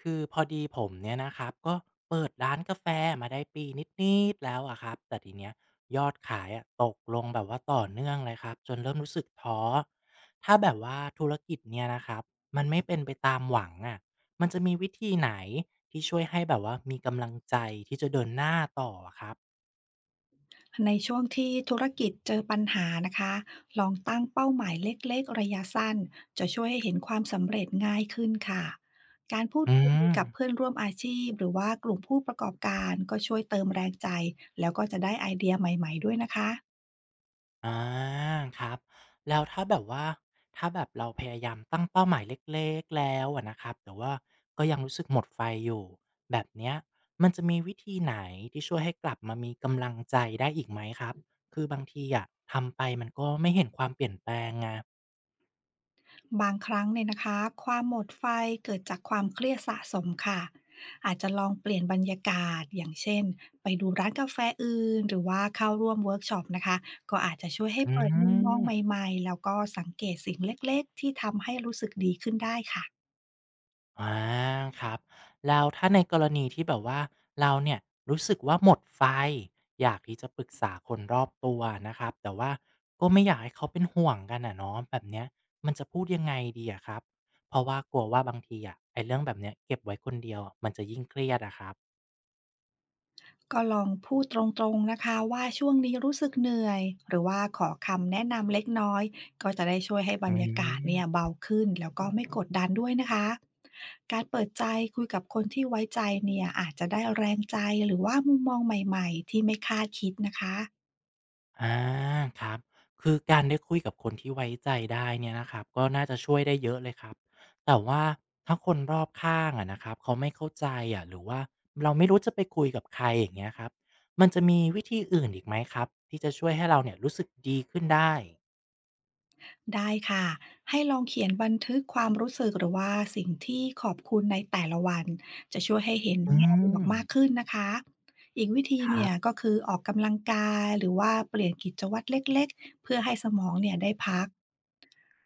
คือพอดีผมเนี่ยนะครับก็เปิดร้านกาแฟมาได้ปีนิดๆแล้วอะครับแต่ทีเนี้ยยอดขายอะตกลงแบบว่าต่อเนื่องเลยครับจนเริ่มรู้สึกท้อถ้าแบบว่าธุรกิจเนี่ยนะครับมันไม่เป็นไปตามหวังอะมันจะมีวิธีไหนที่ช่วยให้แบบว่ามีกำลังใจที่จะเดินหน้าต่ออะครับในช่วงที่ธุรกิจเจอปัญหานะคะลองตั้งเป้าหมายเล็กๆระยะสั้นจะช่วยให้เห็นความสำเร็จง่ายขึ้นค่ะการพูดอืคุยม กับเพื่อนร่วมอาชีพหรือว่ากลุ่มผู้ประกอบการก็ช่วยเติมแรงใจแล้วก็จะได้ไอเดียใหม่ๆด้วยนะคะ อ่าครับแล้วถ้าแบบว่าถ้าแบบเราพยายามตั้งเป้าหมายเล็กๆแล้วอะนะครับแต่ว่าก็ยังรู้สึกหมดไฟอยู่แบบเนี้ยมันจะมีวิธีไหนที่ช่วยให้กลับมามีกำลังใจได้อีกไหมครับคือบางทีอะทำไปมันก็ไม่เห็นความเปลี่ยนแปลงไงบางครั้งเนี่ยนะคะความหมดไฟเกิดจากความเครียดสะสมค่ะอาจจะลองเปลี่ยนบรรยากาศอย่างเช่นไปดูร้านกาแฟอื่นหรือว่าเข้าร่วมเวิร์กช็อปนะคะก็อาจจะช่วยให้อืเปิดมุมมองใม หม่ๆแล้วก็สังเกตสิ่งเล็กๆที่ทำให้รู้สึกดีขึ้นได้ค่ะ อาครับ แล้วถ้าในกรณีที่แบบว่าเราเนี่ยรู้สึกว่าหมดไฟอยากที่จะปรึกษาคนรอบตัวนะครับแต่ว่าก็ไม่อยากให้เขาเป็นห่วงกันอะเนาะแบบเนี้ยมันจะพูดยังไงดีอะครับเพราะว่ากลัวว่าบางทีอะไอ้เรื่องแบบเนี้ยเก็บไว้คนเดียวอะมันจะยิ่งเครียดอะครับก็ลองพูดตรงๆนะคะว่าช่วงนี้รู้สึกเหนื่อยหรือว่าขอคำแนะนำเล็กน้อยก็จะได้ช่วยให้บรอืรยากาศเนี่ยม เบาขึ้นแล้วก็ไม่กดดันด้วยนะคะการเปิดใจคุยกับคนที่ไว้ใจเนี่ยอาจจะได้แรงใจหรือว่ามุมมองใหม่ๆที่ไม่คาดคิดนะคะ อาครับคือการได้คุยกับคนที่ไว้ใจได้เนี่ยนะครับก็น่าจะช่วยได้เยอะเลยครับแต่ว่าถ้าคนรอบข้างอะนะครับเขาไม่เข้าใจอะหรือว่าเราไม่รู้จะไปคุยกับใครอย่างเงี้ยครับมันจะมีวิธีอื่นอีกไหมครับที่จะช่วยให้เราเนี่ยรู้สึกดีขึ้นได้ได้ค่ะให้ลองเขียนบันทึกความรู้สึกหรือว่าสิ่งที่ขอบคุณในแต่ละวันจะช่วยให้เห็นอืแง่บวกมมากขึ้นนะคะอีกวิธีครัเนี่ยก็บ คือออกกำลังกายหรือว่าเปลี่ยนกิจวัตรเล็กๆเพื่อให้สมองเนี่ยได้พัก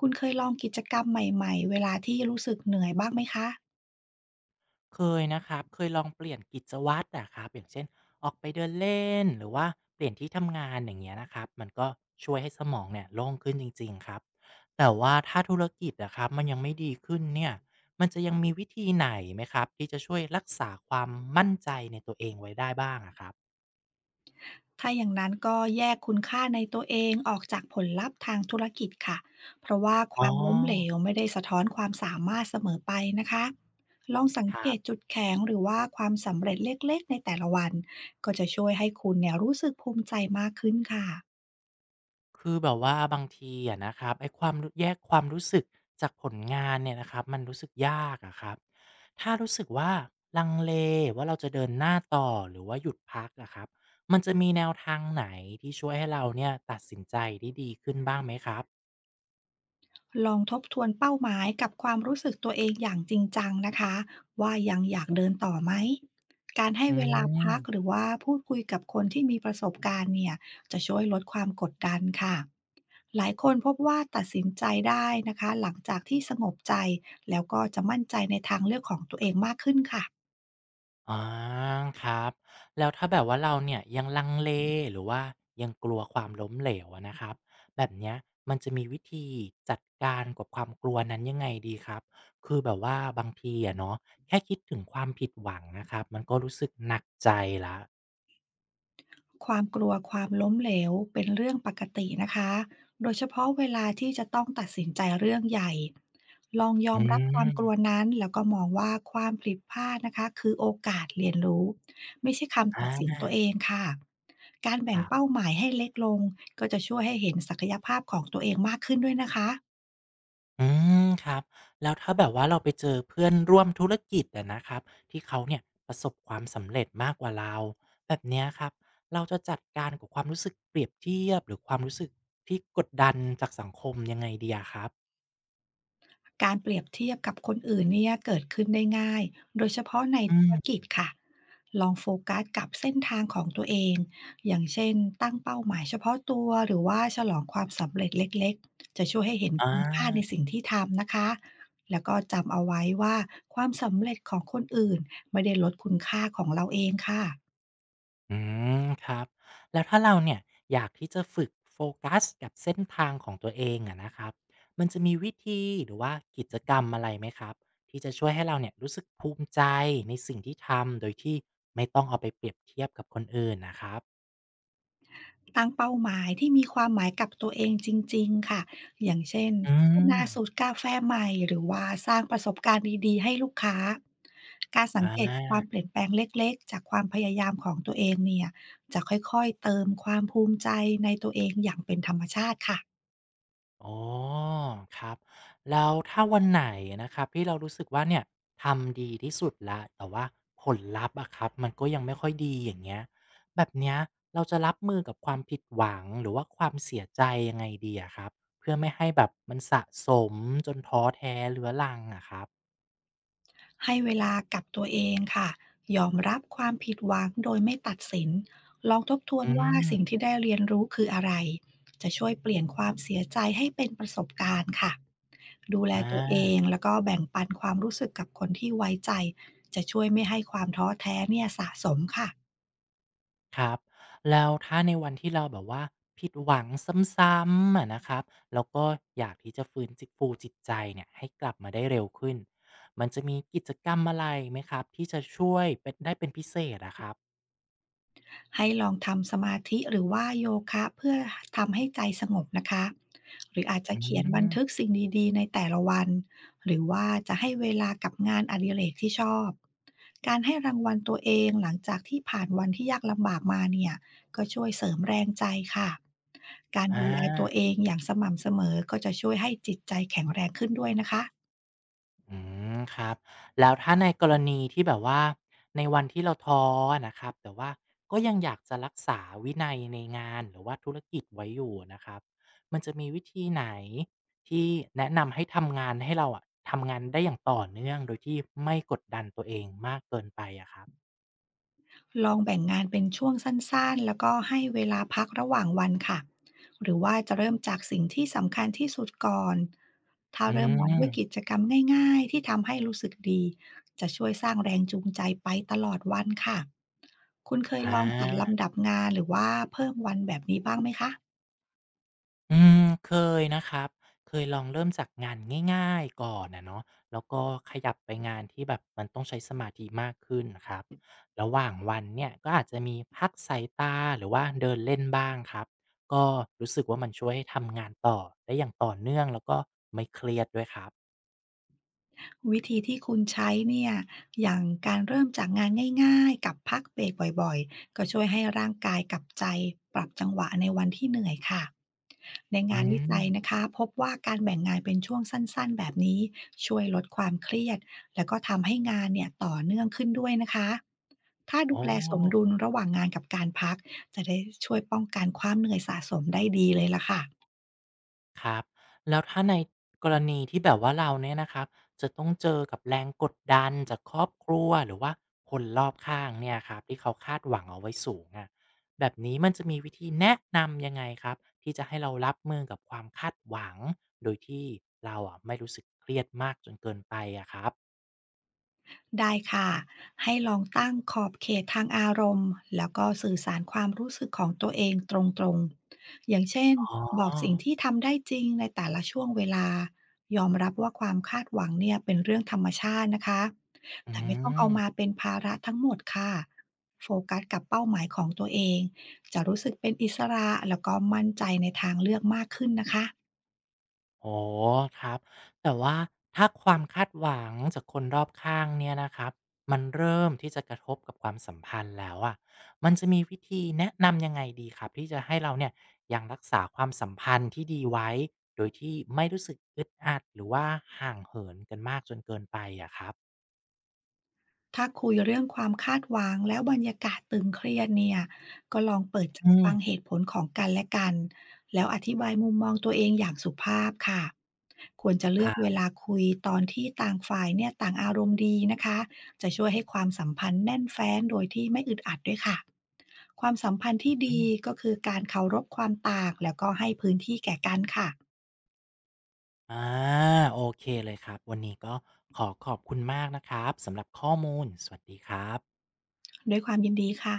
คุณเคยลองกิจกรรมใหม่ๆเวลาที่รู้สึกเหนื่อยบ้างไหมคะ เคยนะครับเคยลองเปลี่ยนกิจวัตรอะครับอย่างเช่นออกไปเดินเล่นหรือว่าเปลี่ยนที่ทำงานอย่างเงี้ยนะครับมันก็ช่วยให้สมองเนี่ยโล่งขึ้นจริงๆครับแต่ว่าถ้าธุรกิจอะครับมันยังไม่ดีขึ้นเนี่ยมันจะยังมีวิธีไหนไหมครับที่จะช่วยรักษาความมั่นใจในตัวเองไว้ได้บ้างอะครับถ้าอย่างนั้นก็แยกคุณค่าในตัวเองออกจากผลลัพธ์ทางธุรกิจค่ะ เพราะว่าคอ๋อวามล้มเหลวไม่ได้สะท้อนความสามารถเสมอไปนะคะ ลองสังคเกรับ ตจุดแข็งหรือว่าความสำเร็จเล็กๆในแต่ละวันก็จะช่วยให้คุณเนี่ยรู้สึกภูมิใจมากขึ้นค่ะ คือแบบว่าบางทีอะนะครับไอ้ความรแยกความรู้สึกจากผลงานเนี่ยนะครับมันรู้สึกยากอะครับถ้ารู้สึกว่าลังเลว่าเราจะเดินหน้าต่อหรือว่าหยุดพักอะครับมันจะมีแนวทางไหนที่ช่วยให้เราเนี่ยตัดสินใจได้ดีขึ้นบ้างไหมครับลองทบทวนเป้าหมายกับความรู้สึกตัวเองอย่างจริงจังนะคะว่ายังอยากเดินต่อไหมการให้อืเวลาพักหม รือว่าพูดคุยกับคนที่มีประสบการณ์เนี่ยจะช่วยลดความกดดันค่ะหลายคนพบว่าตัดสินใจได้นะคะหลังจากที่สงบใจแล้วก็จะมั่นใจในทางเลือกของตัวเองมากขึ้นค่ะ อาครับแล้วถ้าแบบว่าเราเนี่ยยังลังเลหรือว่ายังกลัวความล้มเหลวอะนะครับแบบเนี้ยมันจะมีวิธีจัดการกับความกลัวนั้นยังไงดีครับคือแบบว่าบางทีอะเนาะแค่คิดถึงความผิดหวังนะครับมันก็รู้สึกหนักใจแล้วความกลัวความล้มเหลวเป็นเรื่องปกตินะคะโดยเฉพาะเวลาที่จะต้องตัดสินใจเรื่องใหญ่ลองยออืมรับความกลัวมนั้นแล้วก็มองว่าความผิดพลาดนะคะคือโอกาสเรียนรู้ไม่ใช่คำอตัดสินา ตัวเองค่ะการแบ่งเป้าหมายให้เล็กลงก็จะช่วยให้เห็นศักยภาพของตัวเองมากขึ้นด้วยนะคะ อืมครับแล้วถ้าแบบว่าเราไปเจอเพื่อนร่วมธุรกิจอะนะครับที่เขาเนี่ยประสบความสำเร็จมากกว่าเราแบบเนี้ยครับเราจะจัดการกับความรู้สึกเปรียบเทียบหรือความรู้สึกที่กดดันจากสังคมยังไงดีอะครับการเปรียบเทียบกับคนอื่นเนี่ยเกิดขึ้นได้ง่ายโดยเฉพาะในอืธุรกิจมค่ะลองโฟกัสกับเส้นทางของตัวเองอย่างเช่นตั้งเป้าหมายเฉพาะตัวหรือว่าฉลองความสำเร็จเล็กๆจะช่วยให้เห็นอคุณค่าในา สิ่งที่ทำนะคะแล้วก็จำเอาไว้ว่าความสำเร็จของคนอื่นไม่ได้ลดคุณค่าของเราเองค่ะ อืมครับแล้วถ้าเราเนี่ยอยากที่จะฝึกโฟกัสกับเส้นทางของตัวเองอะนะครับมันจะมีวิธีหรือว่ากิจกรรมอะไรไหมครับที่จะช่วยให้เราเนี่ยรู้สึกภูมิใจในสิ่งที่ทำโดยที่ไม่ต้องเอาไปเปรียบเทียบกับคนอื่นนะครับตั้งเป้าหมายที่มีความหมายกับตัวเองจริงๆค่ะอย่างเช่นอืพัฒมนาสูตรกาแฟใหม่หรือว่าสร้างประสบการณ์ดีๆให้ลูกค้าการสัอ่งเกตความเปา ลี่ยนแปลงเล็กๆจากความพยายามของตัวเองเนี่ยจะค่อยๆเติมความภูมิใจในตัวเองอย่างเป็นธรรมชาติค่ะอ๋อครับแล้วถ้าวันไหนนะครับที่เรารู้สึกว่าเนี่ยทำดีที่สุดละแต่ว่าผลลัพธ์อะครับมันก็ยังไม่ค่อยดีอย่างเงี้ยแบบเนี้ยเราจะรับมือกับความผิดหวังหรือว่าความเสียใจยังไงดีอะครับเพื่อไม่ให้แบบมันสะสมจนท้อแท้เรื้อรังอะครับให้เวลากับตัวเองค่ะยอมรับความผิดหวังโดยไม่ตัดสิน ลองทบทวนอืว่าสิ่งมที่ได้เรียนรู้คืออะไร จะช่วยเปลี่ยนความเสียใจให้เป็นประสบการณ์ค่ะ ดูแลอา ตัวเองแล้วก็แบ่งปันความรู้สึกกับคนที่ไว้ใจจะช่วยไม่ให้ความท้อแท้เนี่ยสะสมค่ะครับแล้วถ้าในวันที่เราแบบว่าผิดหวังซ้ำๆอะนะครับแล้วก็อยากที่จะฟื้นจิตใจเนี่ยให้กลับมาได้เร็วขึ้นมันจะมีกิจกรรมอะไรไหมครับที่จะช่วยเป็นพิเศษอะครับให้ลองทำสมาธิหรือว่าโยคะเพื่อทำให้ใจสงบนะคะหรืออาจจะอืเขียนบันทึกมสิ่งดีๆในแต่ละวันหรือว่าจะให้เวลากับงานอดิเรกที่ชอบการให้รางวัลตัวเองหลังจากที่ผ่านวันที่ยากลำบากมาเนี่ยก็ช่วยเสริมแรงใจค่ะการอ่ดูแลตัวเอา งอย่างสม่ำเสมอก็จะช่วยให้จิตใจแข็งแรงขึ้นด้วยนะคะ อืมครับแล้วถ้าในกรณีที่แบบว่าในวันที่เราท้ออะนะครับแต่ว่าก็ยังอยากจะรักษาวินัยในงานหรือว่าธุรกิจไว้อยู่นะครับมันจะมีวิธีไหนที่แนะนำให้ทำงานให้เราอะทำงานได้อย่างต่อเนื่องโดยที่ไม่กดดันตัวเองมากเกินไปอะครับลองแบ่งงานเป็นช่วงสั้นๆแล้วก็ให้เวลาพักระหว่างวันค่ะ หรือว่าจะเริ่มจากสิ่งที่สำคัญที่สุดก่อนถ้าอืเริ่มวันด้วยกิมจกรรมง่ายๆที่ทำให้รู้สึกดี จะช่วยสร้างแรงจูงใจไปตลอดวันค่ะ คุณเคยอลองจัดา ลำดับงานหรือว่าเพิ่มวันแบบนี้บ้างไหมคะ อืมเคยนะครับเคยลองเริ่มจากงานง่ายๆก่อนอะเนาะแล้วก็ขยับไปงานที่แบบมันต้องใช้สมาธิมากขึ้นครับ ระหว่างวันเนี่ยก็อาจจะมีพักสายตาหรือว่าเดินเล่นบ้างครับ ก็รู้สึกว่ามันช่วยให้ทำงานต่อได้อย่างต่อเนื่องแล้วก็ไม่เครียดด้วยครับ วิธีที่คุณใช้เนี่ยอย่างการเริ่มจากงานง่ายๆกับพักเบรกบ่อยๆก็ช่วยให้ร่างกายกับใจปรับจังหวะในวันที่เหนื่อยค่ะ ในอืงานวิมจัยนะคะพบว่าการแบ่งงานเป็นช่วงสั้น ๆ แบบนี้ช่วยลดความเครียดแล้วก็ทำให้งานเนี่ยต่อเนื่องขึ้นด้วยนะคะถ้าโอดูแลสมดุ้ ลระหว่างงานกับการพักจะได้ช่วยป้องกันความเหนื่อยสะสมได้ดีเลยล่ะค่ะ ครับแล้วถ้าในกรณีที่แบบว่าเราเนี่ยนะครับจะต้องเจอกับแรงกดดันจากครอบครัวหรือว่าคนรอบข้างเนี่ยครับที่เขาคาดหวังเอาไว้สูงอะแบบนี้มันจะมีวิธีแนะนำยังไงครับที่จะให้เรารับมือกับความคาดหวังโดยที่เราอะไม่รู้สึกเครียดมากจนเกินไปอะครับได้ค่ะให้ลองตั้งขอบเขตทางอารมณ์แล้วก็สื่อสารความรู้สึกของตัวเองตรงๆอย่างเช่นอ๋อบอกสิ่งที่ทำได้จริงในแต่ละช่วงเวลายอมรับว่าความคาดหวังเนี่ยเป็นเรื่องธรรมชาตินะคะอืแต่ไม่ต้องเอาม มาเป็นภาระทั้งหมดค่ะโฟกัสกับเป้าหมายของตัวเองจะรู้สึกเป็นอิสระแล้วก็มั่นใจในทางเลือกมากขึ้นนะคะ อ๋อครับแต่ว่าถ้าความคาดหวังจากคนรอบข้างเนี่ยนะครับมันเริ่มที่จะกระทบกับความสัมพันธ์แล้วอะะมันจะมีวิธีแนะนำยังไงดีครับที่จะให้เราเนี่ยยังรักษาความสัมพันธ์ที่ดีไว้โดยที่ไม่รู้สึกอึดอัดหรือว่าห่างเหินกันมากจนเกินไปอะครับถ้าคุยเรื่องความคาดหวังแล้วบรรยากาศตึงเครียดเนี่ยก็ลองเปิดใจอืมฟังเหตุผลของกันและกัน แล้วอธิบายมุมมองตัวเองอย่างสุภาพค่ะ ควรจะคเลือกรัเวลาบคุยตอนที่ต่างฝ่ายเนี่ยต่างอารมณ์ดีนะคะ จะช่วยให้ความสัมพันธ์แน่นแฟ้นโดยที่ไม่อึดอัดด้วยค่ะ ความสัมพันธ์ที่อืดีมก็คือการเคารพความต่างแล้วก็ให้พื้นที่แก่กันค่ะอาโอเคเลยครับวันนี้ก็ขอขอบคุณมากนะครับสำหรับข้อมูลสวัสดีครับด้วยความยินดีค่ะ